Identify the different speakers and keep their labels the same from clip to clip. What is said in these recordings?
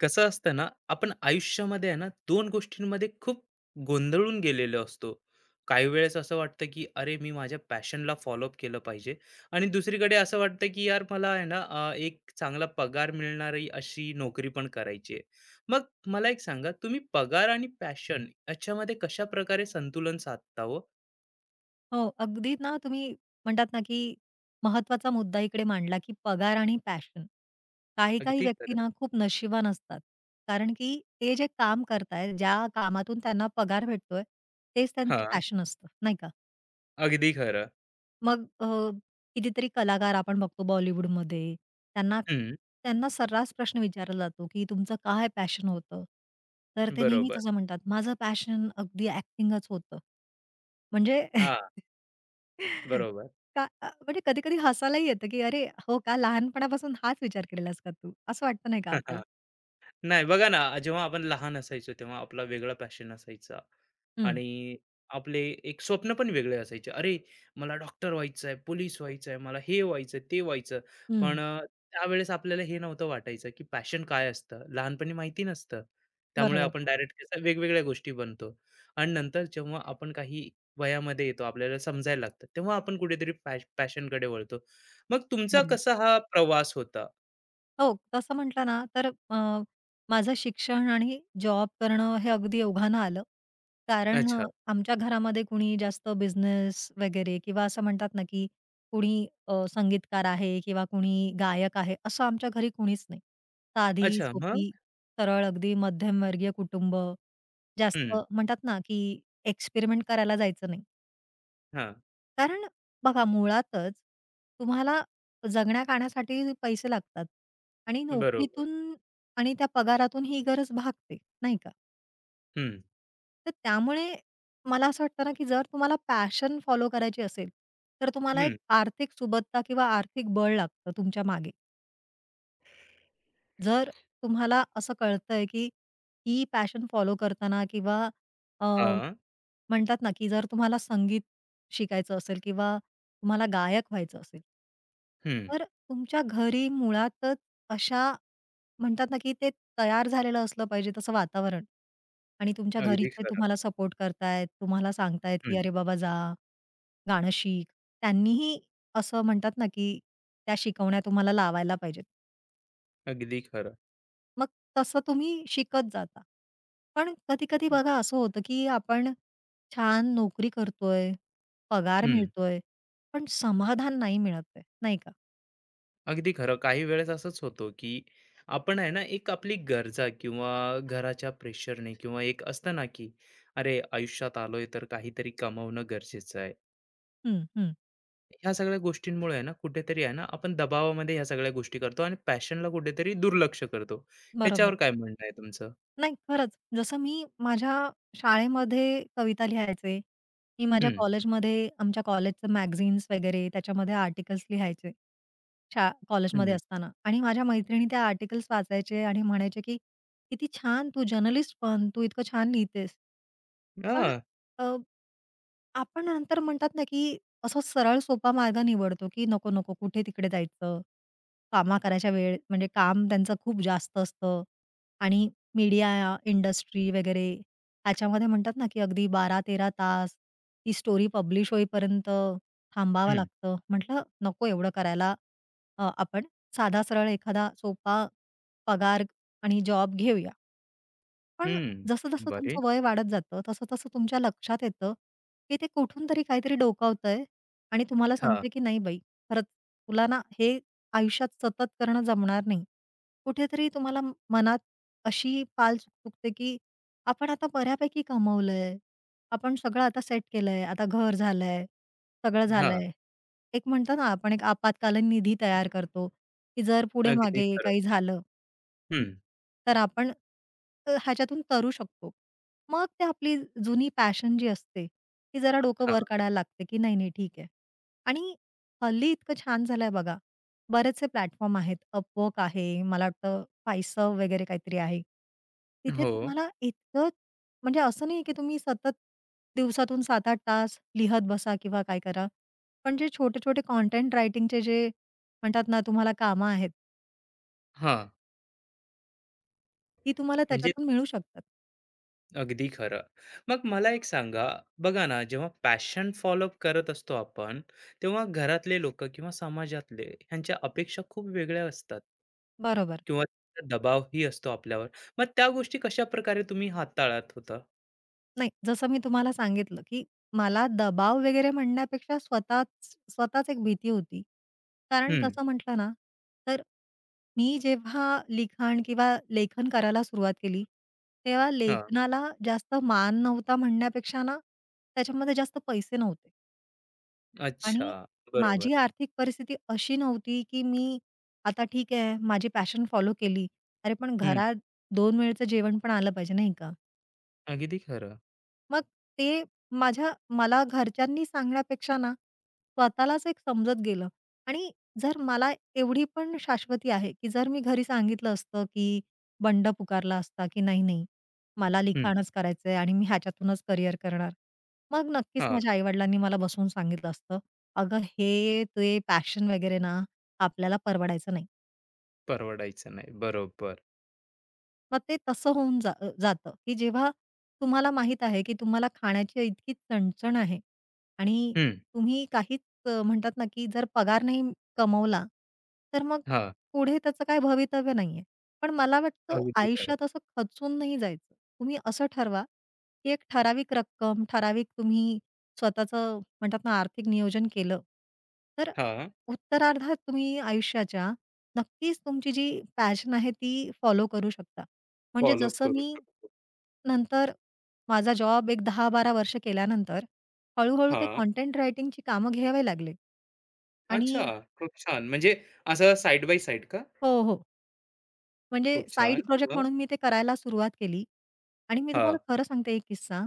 Speaker 1: कसं असतं ना? आपण आयुष्यामध्ये आहे ना दोन गोष्टींमध्ये खूप गोंधळून गेलेलो असतो. काही वेळेस असं वाटतं की अरे, मी माझ्या पॅशनला फॉलोअप केलं पाहिजे. आणि दुसरीकडे असं वाटतं की यार, मला आहे ना एक चांगला पगार मिळणारी अशी नोकरी पण करायची आहे. मग मला एक सांगा, तुम्ही पगार आणि पॅशन याच्यामध्ये कशा प्रकारे संतुलन साधता हो?
Speaker 2: हो, अगदी ना तुम्ही म्हणतात ना, की महत्वाचा मुद्दा इकडे मांडला, की पगार आणि पॅशन. काही-काही
Speaker 1: अगदी
Speaker 2: व्यक्ती
Speaker 1: खरं.
Speaker 2: ना खूप नशिबवान असतात. कारण की ते जे काम करतायत, ज्या कामातून त्यांना पगार भेटतोय, तेच त्यांचं
Speaker 1: हा,
Speaker 2: पॅशन असतं, नाही का?
Speaker 1: अगदी खरं.
Speaker 2: मग कितीतरी कलाकार आपण बघतो बॉलिवूडमध्ये. त्यांना
Speaker 1: हम्म.
Speaker 2: त्यांना सर्रास प्रश्न विचारला जातो, की तुमचं काय पॅशन होतं? तर ते नेहमीच
Speaker 1: बरोबर.
Speaker 2: असं म्हणतात, "माझं पॅशन अगदी ॲक्टिंगच होतं." म्हणजे
Speaker 1: हा, बरोबर.
Speaker 2: का म्हणजे कधी-कधी हसायलाही येतं, की "अरे, हो का? लहानपणापासून हाच विचार केलेलास का तू?" असं वाटतं नाही का आपल्याला?
Speaker 1: नाही बघा ना, जेव्हा आपण लहान असायचो तेव्हा आपला वेगळा पॅशन असायचा.
Speaker 2: हं,
Speaker 1: आणि आपले एक स्वप्न पण वेगळे असायचे. अरे, मला डॉक्टर व्हायचं आहे, पोलीस व्हायचं आहे, मला हे व्हायचं ते व्हायचं.
Speaker 2: हं.
Speaker 1: पण त्यावेळेस आपल्याला हे नव्हतं वाटायचं, की पॅशन काय असतं? लहानपणी माहिती नसतं. त्यामुळे
Speaker 2: बरोबर,
Speaker 1: आपण डायरेक्ट कसं वेगवेगळ्या गोष्टी बनतो. आणि नंतर जेव्हा आपण काही वयामध्ये येतो, आपल्याला समजायला लागतं, तेव्हा आपण कुठेतरी पॅशनकडे वळतो. मग तुमचा
Speaker 2: बरोबर.
Speaker 1: कसा हा प्रवास होता?
Speaker 2: हो, तसं म्हटलं ना, तर माझं शिक्षण आणि जॉब करणं हे अगदी ओघानं आलं. कारण
Speaker 1: अच्छा.
Speaker 2: आमच्या घरामध्ये कुणी जास्त बिझनेस वगैरे किंवा असं म्हणतात ना, की कुणी संगीतकार आहे किंवा कुणी गायक आहे, असं आमच्या घरी कुणीच नाही. साधी,
Speaker 1: अच्छा. मग?
Speaker 2: सोपी, सरळ अगदी मध्यमवर्गीय कुटुंब. जास्त
Speaker 1: हं.
Speaker 2: म्हणतात ना, की एक्सपेरिमेंट करायला जायचं नाही.
Speaker 1: हां.
Speaker 2: कारण बघा मुळातच तुम्हाला जगण्या-खाण्यासाठी पैसे लागतात आणि
Speaker 1: बरोबर.
Speaker 2: नोकरीतून आणि त्या पगारातून ही गरज भागते, नाही का?
Speaker 1: हं,
Speaker 2: तर त्यामुळे मला असं वाटतं ना, की जर तुम्हाला पॅशन फॉलो करायची असेल, तर तुम्हाला एक
Speaker 1: हं.
Speaker 2: आर्थिक सुबत्ता किंवा आर्थिक बळ लागतं तुमच्या मागे. जर तुम्हाला असं कळतंय, की ही पॅशन फॉलो करताना किंवा
Speaker 1: हां.
Speaker 2: म्हणतात ना, की जर तुम्हाला संगीत शिकायचं असेल किंवा तुम्हाला गायक व्हायचं असेल
Speaker 1: हं.
Speaker 2: तर तुमच्या घरी मुळातच अशा म्हणतात ना, की ते तयार झालेलं असलं पाहिजे तसं वातावरण आणि तुमच्या
Speaker 1: अगदी
Speaker 2: घरीचे
Speaker 1: खरं.
Speaker 2: तुम्हाला सपोर्ट करतायत, तुम्हाला सांगतायत, की
Speaker 1: हं.
Speaker 2: "अरे बाबा जा, गाणं शिक." त्यांनीही असं म्हणतात ना, की त्या शिकवण्या तुम्हाला लावायला पाहिजेत.
Speaker 1: अगदी खरं.
Speaker 2: मग तसं तुम्ही शिकत जाता. पण कधी-कधी बघा असं होतं, की आपण छान नोकरी करतोय, पगार
Speaker 1: हं.
Speaker 2: मिळतोय, पण समाधान नाही मिळत आहे, नाही का?
Speaker 1: अगदी खरं. काही वेळेस असंच होतो, की आपण आहे ना, एक आपली गरजा किंवा घराच्या प्रेशरने किंवा एक असतं ना, की अरे, आयुष्यात आलोय तर काहीतरी कमवणं गरजेचं आहे.
Speaker 2: हं, हं.
Speaker 1: ह्या सगळ्या गोष्टींमुळे आहे ना, कुठेतरी आहे ना, आपण दबावामध्ये ह्या सगळ्या गोष्टी करतो आणि पॅशनला कुठेतरी दुर्लक्ष करतो. ह्याच्यावर
Speaker 2: बरोबर.
Speaker 1: काय म्हणणं आहे तुमचं?
Speaker 2: नाही, खरंच. जसं मी माझ्या शाळेमध्ये कविता लिहायचे, की माझ्या
Speaker 1: हं,
Speaker 2: कॉलेजमध्ये आमच्या कॉलेजचं मॅगझीन्स वगैरे त्याच्यामध्ये आर्टिकल्स लिहायचे. कॉलेजमध्ये
Speaker 1: हं.
Speaker 2: असताना आणि माझ्या मैत्रिणी त्या आर्टिकल्स वाचायचे आणि म्हणायचे, की "किती छान तू जर्नलिस्ट बन, तू इतकं छान लिहितेस." पण
Speaker 1: हां.
Speaker 2: अ, आपण नंतर म्हणतात ना, की असा सरळ सोपा मार्ग निवडतो, की नको, नको कुठे तिकडे जायचं. कामा करायच्या वेळ म्हणजे काम त्यांचं खूप जास्त असतं आणि मीडिया इंडस्ट्री वगैरे ह्याच्यामध्ये म्हणतात ना, की अगदी 12-13 तास ती स्टोरी पब्लिश होईपर्यंत थांबावं
Speaker 1: हं,
Speaker 2: लागतं. म्हटलं नको एवढं करायला. आपण साधा सरळ एखादा सोपा पगार आणि जॉब घेऊया. पण
Speaker 1: हं.
Speaker 2: जसं-जसं
Speaker 1: बरे.
Speaker 2: तुमचं वय वाढत जातं, तसं-तसं तुमच्या लक्षात येतं, की ते कुठून तरी काहीतरी डोकावतंय आणि तुम्हाला
Speaker 1: हां,
Speaker 2: सांगते की नाही बाई, खरंच तुला ना हे आयुष्यात सतत करणं जमणार नाही. कुठेतरी तुम्हाला मनात अशी पाल चुकचुकते की आपण आता बऱ्यापैकी कमवलंय, आपण सगळं आता सेट केलंय, आता घर झालंय, सगळं
Speaker 1: हां.
Speaker 2: झालंय. एक म्हणतो ना आपण एक आपत्कालीन निधी तयार करतो, की जर पुढे
Speaker 1: अगदी
Speaker 2: मागे
Speaker 1: खरं.
Speaker 2: काही झालं
Speaker 1: हं,
Speaker 2: तर आपण ह्याच्यातून तरू शकतो. मग ते आपली जुनी पॅशन जी असते, ती जरा डोकं
Speaker 1: हां,
Speaker 2: वर काढायला लागते, की नाही, नाही ठीक आहे. आणि हल्ली इतकं छान झालंय बघा. बरेचसे प्लॅटफॉर्म आहेत. Upwork आहे, मला वाटतं Fiserv वगैरे काहीतरी आहे. तिथे
Speaker 1: हो,
Speaker 2: तुम्हाला इतकं म्हणजे असं नाही, की तुम्ही सतत दिवसातून 7-8 तास लिहत बसा किंवा काय करा. पण जे छोटे-छोटे कंटेंट रायटिंगचे जे म्हणतात ना, तुम्हाला कामं आहेत,
Speaker 1: हा,
Speaker 2: ती तुम्हाला
Speaker 1: म्हणजे
Speaker 2: त्याच्यातून मिळू शकतात.
Speaker 1: अगदी खरं. मग मला एक सांगा, बघा ना, जेव्हा पॅशन फॉलोअप करत असतो आपण, तेव्हा घरातले लोकं किंवा समाजातले ह्यांच्या अपेक्षा खूप वेगळ्या असतात
Speaker 2: बरोबर.
Speaker 1: किंवा त्यांचा दबावही असतो आपल्यावर. मग त्या गोष्टी कशाप्रकारे तुम्ही हाताळत होता?
Speaker 2: नाही, जसं मी तुम्हाला सांगितलं, की मला दबाव वगैरे म्हणण्यापेक्षा स्वतःच स्वतःच एक भीती होती. कारण
Speaker 1: हं,
Speaker 2: तसं म्हटलं ना, तर मी जेव्हा लिखाण किंवा लेखन करायला सुरुवात केली, तेव्हा
Speaker 1: हां,
Speaker 2: लेखनाला जास्त मान नव्हता म्हणण्यापेक्षा ना, त्याच्यामध्ये जास्त पैसे नव्हते
Speaker 1: अच्छा,
Speaker 2: आणि
Speaker 1: बरोबर.
Speaker 2: माझी आर्थिक परिस्थिती अशी नव्हती, की मी आता ठीक आहे, माझी पॅशन फॉलो केली. अरे, पण
Speaker 1: हं,
Speaker 2: घरात 2 वेळचं जेवण पण आलं पाहिजे, नाही का?
Speaker 1: अगदी खरं.
Speaker 2: मग ते माझ्या मला घरच्यांनी सांगण्यापेक्षा ना, स्वतःलाच एक समजत गेलं आणि जर मला एवढी पण शाश्वती आहे, की जर मी घरी सांगितलं असतं, की बंड पुकारला असता, की "नाही, नाही, मला
Speaker 1: हं,
Speaker 2: लिखाणच करायचंय आणि मी ह्याच्यातूनच करिअर करणार." मग नक्कीच
Speaker 1: हां,
Speaker 2: माझ्या आई मला बसवून सांगितलं असतं, "अगं, हे ते पॅशन वगैरे ना, आपल्याला परवडायचं नाही."
Speaker 1: परवडायचं नाही. बरोबर.
Speaker 2: मग ते तसं होऊन जातं, की जेव्हा तुम्हाला माहीत आहे, की तुम्हाला खाण्याची इतकी चणचण आहे आणि
Speaker 1: हं,
Speaker 2: तुम्ही काहीच म्हणतात ना, की जर पगार नाही कमवला, तर मग
Speaker 1: हां,
Speaker 2: पुढे त्याचं काही भवितव्य नाहीये. पण मला वाटतं
Speaker 1: अगदी खरं.
Speaker 2: आयुष्यात असं खचून नाही जायचं. तुम्ही असं ठरवा, की एक ठराविक रक्कम, ठराविक तुम्ही स्वतःचं म्हणतात ना, आर्थिक नियोजन केलं, तर
Speaker 1: हां,
Speaker 2: उत्तरार्धात तुम्ही आयुष्याच्या नक्कीच तुमची जी पॅशन आहे ती फॉलो करू शकता. म्हणजे
Speaker 1: फॉलोअप
Speaker 2: जसं
Speaker 1: करू
Speaker 2: मी
Speaker 1: शकतो.
Speaker 2: नंतर माझा जॉब एक 10-12 वर्ष केल्यानंतर हळू-हळू ते
Speaker 1: हां.
Speaker 2: कंटेंट रायटिंगची कामं घ्यावे लागले.
Speaker 1: अच्छा!
Speaker 2: आणि
Speaker 1: खूप छान. म्हणजे असं साइड बाय साइड का?
Speaker 2: हो, हो. म्हणजे
Speaker 1: खूप
Speaker 2: साइड
Speaker 1: छान.
Speaker 2: प्रोजेक्ट
Speaker 1: मग?
Speaker 2: म्हणून मी ते करायला सुरुवात केली आणि मी तुम्हाला
Speaker 1: हां.
Speaker 2: खरं सांगते एक किस्सा.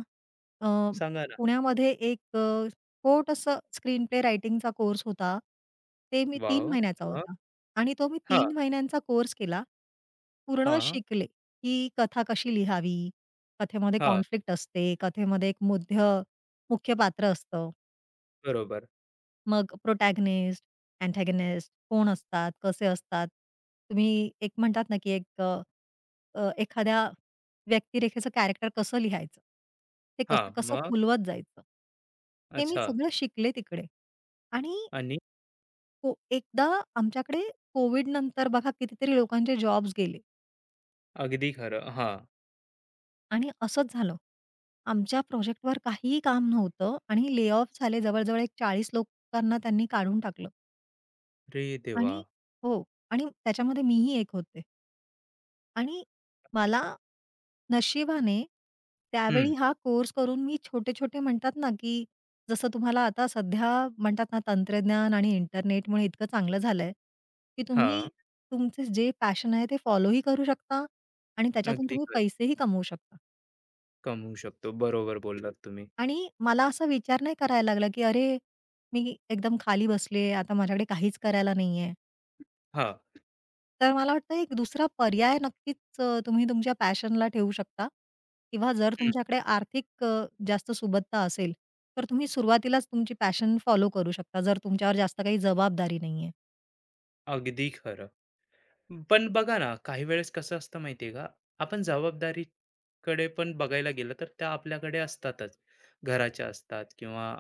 Speaker 2: अ,
Speaker 1: सांगा ना.
Speaker 2: पुण्यामध्ये एक छोटसं स्क्रीन प्ले रायटिंगचा कोर्स होता. ते मी तीन
Speaker 1: वॉव!
Speaker 2: महिन्याचा
Speaker 1: मग?
Speaker 2: होता आणि तो मी
Speaker 1: हां,
Speaker 2: 3 महिन्यांचा कोर्स केला. पूर्ण
Speaker 1: हां,
Speaker 2: शिकले, की कथा कशी लिहावी, कथेमध्ये
Speaker 1: हां.
Speaker 2: कॉन्फ्लिक्ट असते, कथेमध्ये एक मुख्य पात्र असतं.
Speaker 1: बरोबर.
Speaker 2: मग प्रोटॅगनिस्ट, अँटागनिस्ट कोण असतात, कसे असतात? तुम्ही एक म्हणतात ना, की एक अ, अ, एखाद्या व्यक्तिरेखेचं कॅरेक्टर कसं लिहायचं? ते
Speaker 1: हां,
Speaker 2: कसं-कसं
Speaker 1: मग?
Speaker 2: फुलवत जायचं? हे मी
Speaker 1: अच्छा.
Speaker 2: सगळं शिकले तिकडे आणि
Speaker 1: आणि
Speaker 2: एकदा आमच्याकडे कोविडनंतर बघा कितीतरी लोकांचे जॉब्स गेले
Speaker 1: अगदी खरं. हां.
Speaker 2: आणि असंच झालं. आमच्या प्रोजेक्टवर काहीही काम नव्हतं आणि ले ऑफ झाले जवळ एक 40 लोकांना त्यांनी काढून टाकलं.
Speaker 1: अरे देवा!
Speaker 2: आणि हो. आणि त्याच्यामध्ये मीही एक होते. आणि मला नशिबाने
Speaker 1: हं.
Speaker 2: त्यावेळी हा कोर्स करून मी छोटे-छोटे म्हणतात ना, की जसं तुम्हाला आता सध्या म्हणतात ना, तंत्रज्ञान आणि इंटरनेटमुळे इतकं चांगलं झालंय, की तुम्ही
Speaker 1: हां.
Speaker 2: तुमचे जे पॅशन आहे ते फॉलोही करू शकता आणि त्याच्यातून
Speaker 1: अगदी
Speaker 2: तुम्ही
Speaker 1: खरं.
Speaker 2: पैसेही कमवू शकता.
Speaker 1: कमवू शकतो. बरोबर बोललात तुम्ही.
Speaker 2: आणि मला असा विचार नाही करायला लागला, की अरे, मी एकदम खाली बसले, आता माझ्याकडे काहीच करायला नाहीये.
Speaker 1: हां.
Speaker 2: तर मला वाटतं एक दुसरा पर्याय नक्कीच तुम्ही तुमच्या पॅशनला ठेवू शकता किंवा जर
Speaker 1: हं.
Speaker 2: तुमच्याकडे आर्थिक जास्त सुबत्ता असेल, तर तुम्ही सुरुवातीलाच तुमची पॅशन फॉलो करू शकता, जर तुमच्यावर जास्त काही जबाबदारी नाहीये.
Speaker 1: अगदी खरं. पण बघा ना, काही वेळेस कसं असतं माहिती का? आपण जबाबदारीकडे पण बघायला गेलं तर त्या आपल्याकडे असतातच. घराच्या असतात किंवा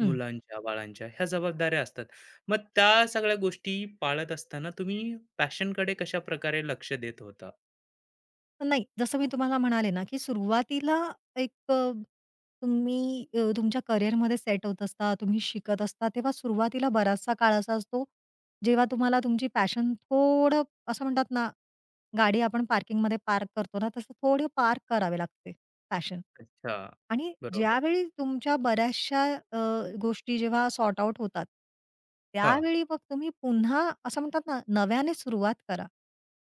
Speaker 2: हं.
Speaker 1: मुलांच्या, बाळांच्या ह्या जबाबदाऱ्या असतात. मग त्या सगळ्या गोष्टी पाळत असताना तुम्ही पॅशनकडे कशा प्रकारे लक्ष देत होता?
Speaker 2: पण नाही, जसं मी तुम्हाला म्हणाले ना, की सुरुवातीला एक तुम्ही तुमच्या करिअरमध्ये सेट होत असता, तुम्ही शिकत असता, तेव्हा सुरुवातीला बराचसा काळ असा असतो, जेव्हा तुम्हाला तुमची पॅशन थोडं असं म्हणतात ना गाडी आपण पार्किंगमध्ये पार्क करतो ना, तसं थोडी पार्क करावी लागते पॅशन
Speaker 1: अच्छा.
Speaker 2: आणि
Speaker 1: बरोबर.
Speaker 2: ज्यावेळी तुमच्या बऱ्याचशा अ, गोष्टी जेव्हा सॉर्ट आउट होतात,
Speaker 1: हां,
Speaker 2: त्यावेळी मग तुम्ही पुन्हा असं म्हणतात ना, नव्याने सुरुवात करा.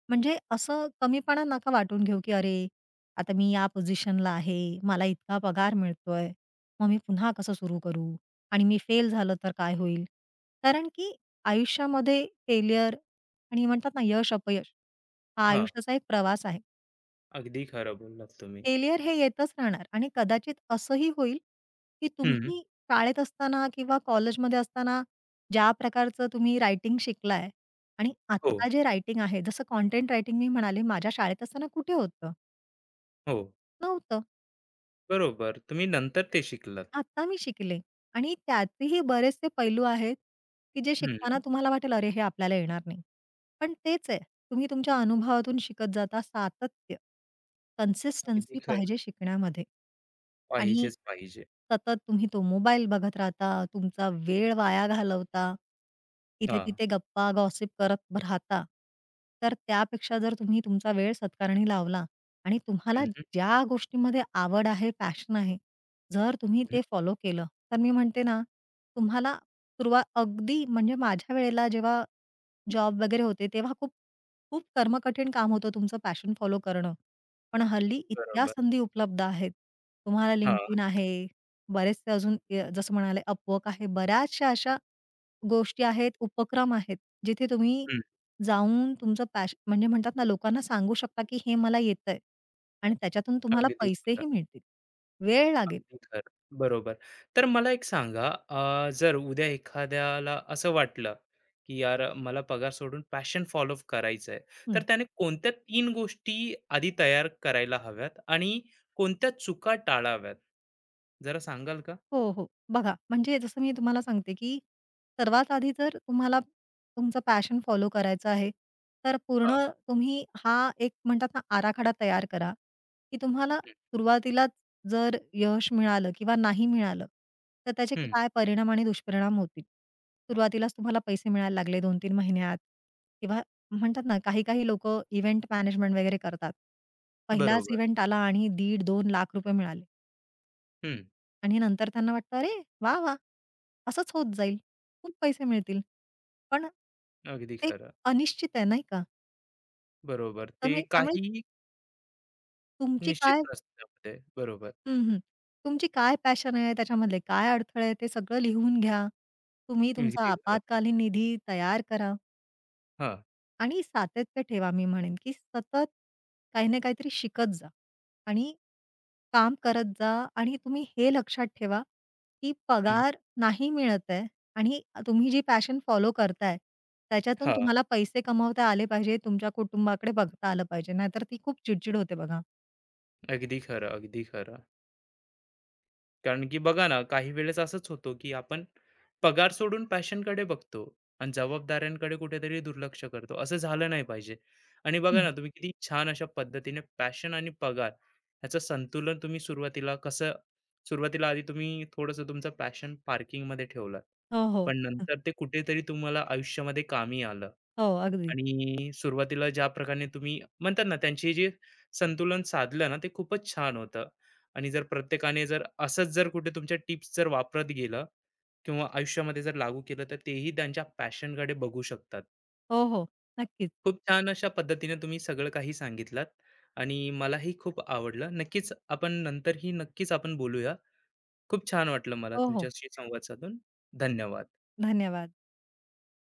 Speaker 2: म्हणजे असं कमीपणा नका वाटून घेऊ, की अरे, आता मी या पोझिशनला आहे, मला इतका पगार मिळतोय, मग मी पुन्हा कसं सुरू करू? आणि मी फेल झालं तर काय होईल? कारण की आयुष्यामध्ये फेल्युअर आणि म्हणतात ना, यश अपयश हा
Speaker 1: हां.
Speaker 2: आयुष्याचा एक प्रवास आहे.
Speaker 1: अगदी खरं बोललात तुम्ही.
Speaker 2: फेलियर हे येतच राहणार आणि कदाचित असंही होईल, की
Speaker 1: हं.
Speaker 2: तुम्ही शाळेत असताना किंवा कॉलेजमध्ये असताना ज्या प्रकारचं तुम्ही रायटिंग शिकलाय आणि
Speaker 1: हो,
Speaker 2: आत्ता जे रायटिंग आहे, जसं कंटेंट रायटिंग मी म्हणाले माझ्या शाळेत असताना कुठे होतं?
Speaker 1: हो.
Speaker 2: नव्हतं.
Speaker 1: बरोबर. तुम्ही नंतर ते शिकलात.
Speaker 2: आता मी शिकले आणि त्याचेही बरेचसे पैलू आहेत, की जे शिकताना
Speaker 1: हं.
Speaker 2: तुम्हाला वाटेल, "अरे, हे आपल्याला येणार नाही." पण तेच आहे, तुम्ही तुमच्या अनुभवातून शिकत जाता. सातत्य,
Speaker 1: अगदी
Speaker 2: कन्सिस्टन्सी
Speaker 1: खरं.
Speaker 2: पाहिजे शिकण्यामध्ये आणि
Speaker 1: पाहिजेच पाहिजे.
Speaker 2: सतत तुम्ही तो मोबाईल बघत राहता, तुमचा वेळ वाया घालवता,
Speaker 1: हां.
Speaker 2: इथे-तिथे गप्पा, गॉसिप करत राहता. तर त्यापेक्षा जर तुम्ही तुमचा वेळ सत्कारणी लावला आणि तुम्हाला
Speaker 1: हं, हं,
Speaker 2: ज्या गोष्टीमध्ये आवड आहे, पॅशन आहे जर तुम्ही ते फॉलो केलं, तर मी म्हणते ना, तुम्हाला सुरुवात अगदी म्हणजे माझ्या वेळेला जेव्हा जॉब वगैरे होते, तेव्हा खूप, खूप कर्मकठीण काम होतं तुमचं पॅशन फॉलो करणं. पण हल्ली इतक्या
Speaker 1: बरोबर.
Speaker 2: संधी उपलब्ध आहेत. तुम्हाला
Speaker 1: हां.
Speaker 2: LinkedIn आहे, बरेचसे अजून जसं म्हणाले Upwork आहे. बऱ्याचशा अशा गोष्टी आहेत, उपक्रम आहेत, जिथे तुम्ही
Speaker 1: हं.
Speaker 2: जाऊन तुमचं म्हणजे म्हणतात ना, लोकांना सांगू शकता, की हे मला येतंय आणि त्याच्यातून तुम्हाला
Speaker 1: अगदी खरं.
Speaker 2: पैसेही मिळतील. वेळ लागेल.
Speaker 1: अगदी खरं. बरोबर. तर मला एक सांगा, जर उद्या एखाद्याला असं वाटलं, की यार, मला पगार सोडून पॅशन फॉलो करायचंय, तर
Speaker 2: हं.
Speaker 1: त्याने कोणत्या 3 गोष्टी आधी तयार करायला हव्यात आणि कोणत्या चुका टाळाव्यात? जरा सांगाल का?
Speaker 2: हो, हो. बघा, म्हणजे जसं मी तुम्हाला सांगते, की सर्वात आधी जर तुम्हाला तुमचं पॅशन फॉलो करायचं आहे, तर पूर्ण
Speaker 1: हां.
Speaker 2: तुम्ही हा एक म्हणतात ना, आराखडा तयार करा, की तुम्हाला
Speaker 1: हं,
Speaker 2: सुरुवातीलाच जर यश मिळालं किंवा नाही मिळालं, तर त्याचे
Speaker 1: हं.
Speaker 2: काय परिणाम आणि दुष्परिणाम होतील. सुरुवातीलाच तुम्हाला पैसे मिळायला लागले 2-3 महिन्यात किंवा म्हणतात ना, काही-काही लोकं इव्हेंट मॅनेजमेंट वगैरे करतात. पहिलाच
Speaker 1: बरोबर.
Speaker 2: इव्हेंट आला आणि ₹1.5-2 लाख रुपये मिळाले.
Speaker 1: हं.
Speaker 2: आणि नंतर त्यांना वाटतं, "अरे वाह, वाह! असंच होत जाईल. खूप पैसे मिळतील." पण
Speaker 1: अगदी
Speaker 2: ते
Speaker 1: खरं.
Speaker 2: अनिश्चित आहे नाही का?
Speaker 1: बरोबर.
Speaker 2: तर
Speaker 1: ते
Speaker 2: मी त्यामुळे
Speaker 1: काही
Speaker 2: तुमची
Speaker 1: निश्चित
Speaker 2: काय
Speaker 1: नसतं त्यामध्ये. बरोबर.
Speaker 2: हं, हं. तुमची काय पॅशन आहे, त्याच्यामधले काय अडथळे आहेत, ते सगळं लिहून घ्या. तुम्ही तुमचा
Speaker 1: अगदी खरं.
Speaker 2: आपत्कालीन निधी तयार करा.
Speaker 1: हां.
Speaker 2: आणि सातत्य ठेवा मी म्हणेन, की सतत काही ना काहीतरी शिकत जा आणि काम करत जा आणि तुम्ही हे लक्षात ठेवा, की
Speaker 1: हं.
Speaker 2: पगार नाही मिळत आहे आणि तुम्ही जी पॅशन फॉलो करताय, त्याच्यातून
Speaker 1: हां.
Speaker 2: तुम्हाला पैसे कमावता आले पाहिजे, तुमच्या कुटुंबाकडे बघता आलं पाहिजे, नाहीतर ती खूप चिडचिड होते बघा.
Speaker 1: अगदी खरं, अगदी खरं. कारण की बघा ना, काही वेळेस असंच होतो, की आपण पगार सोडून पॅशनकडे बघतो आणि जबाबदाऱ्यांकडे कुठेतरी दुर्लक्ष करतो. असं झालं नाही पाहिजे. आणि बघा
Speaker 2: हं.
Speaker 1: ना, तुम्ही किती छान अशा पद्धतीने पॅशन आणि पगार ह्याचं संतुलन तुम्ही सुरुवातीला कसं, सुरुवातीला आधी तुम्ही थोडंसं तुमचं पॅशन पार्किंगमध्ये ठेवलात.
Speaker 2: हो, हो.
Speaker 1: पण नंतर ते कुठेतरी तुम्हाला आयुष्यामध्ये कामी आलं.
Speaker 2: हो, अगदी.
Speaker 1: आणि सुरुवातीला ज्या प्रकारे तुम्ही म्हणतात ना, त्यांची जे संतुलन साधलं ना, ते खूपच छान होतं. आणि जर प्रत्येकाने जर असंच जर कुठे तुमच्या टिप्स जर वापरत गेलं, किंवा आयुष्यामध्ये जर लागू केलं तर तेही त्यांच्या पॅशनकडे बघू शकतात.
Speaker 2: हो, हो. नक्कीच.
Speaker 1: खूप छान अशा पद्धतीने तुम्ही सगळं काही सांगितलात आणि मलाही खूप आवडलं. नक्कीच आपण नंतरही नक्कीच आपण बोलूया. खूप छान वाटलं मला
Speaker 2: हो, हो.
Speaker 1: तुमच्याशी संवाद साधून. धन्यवाद.
Speaker 2: धन्यवाद.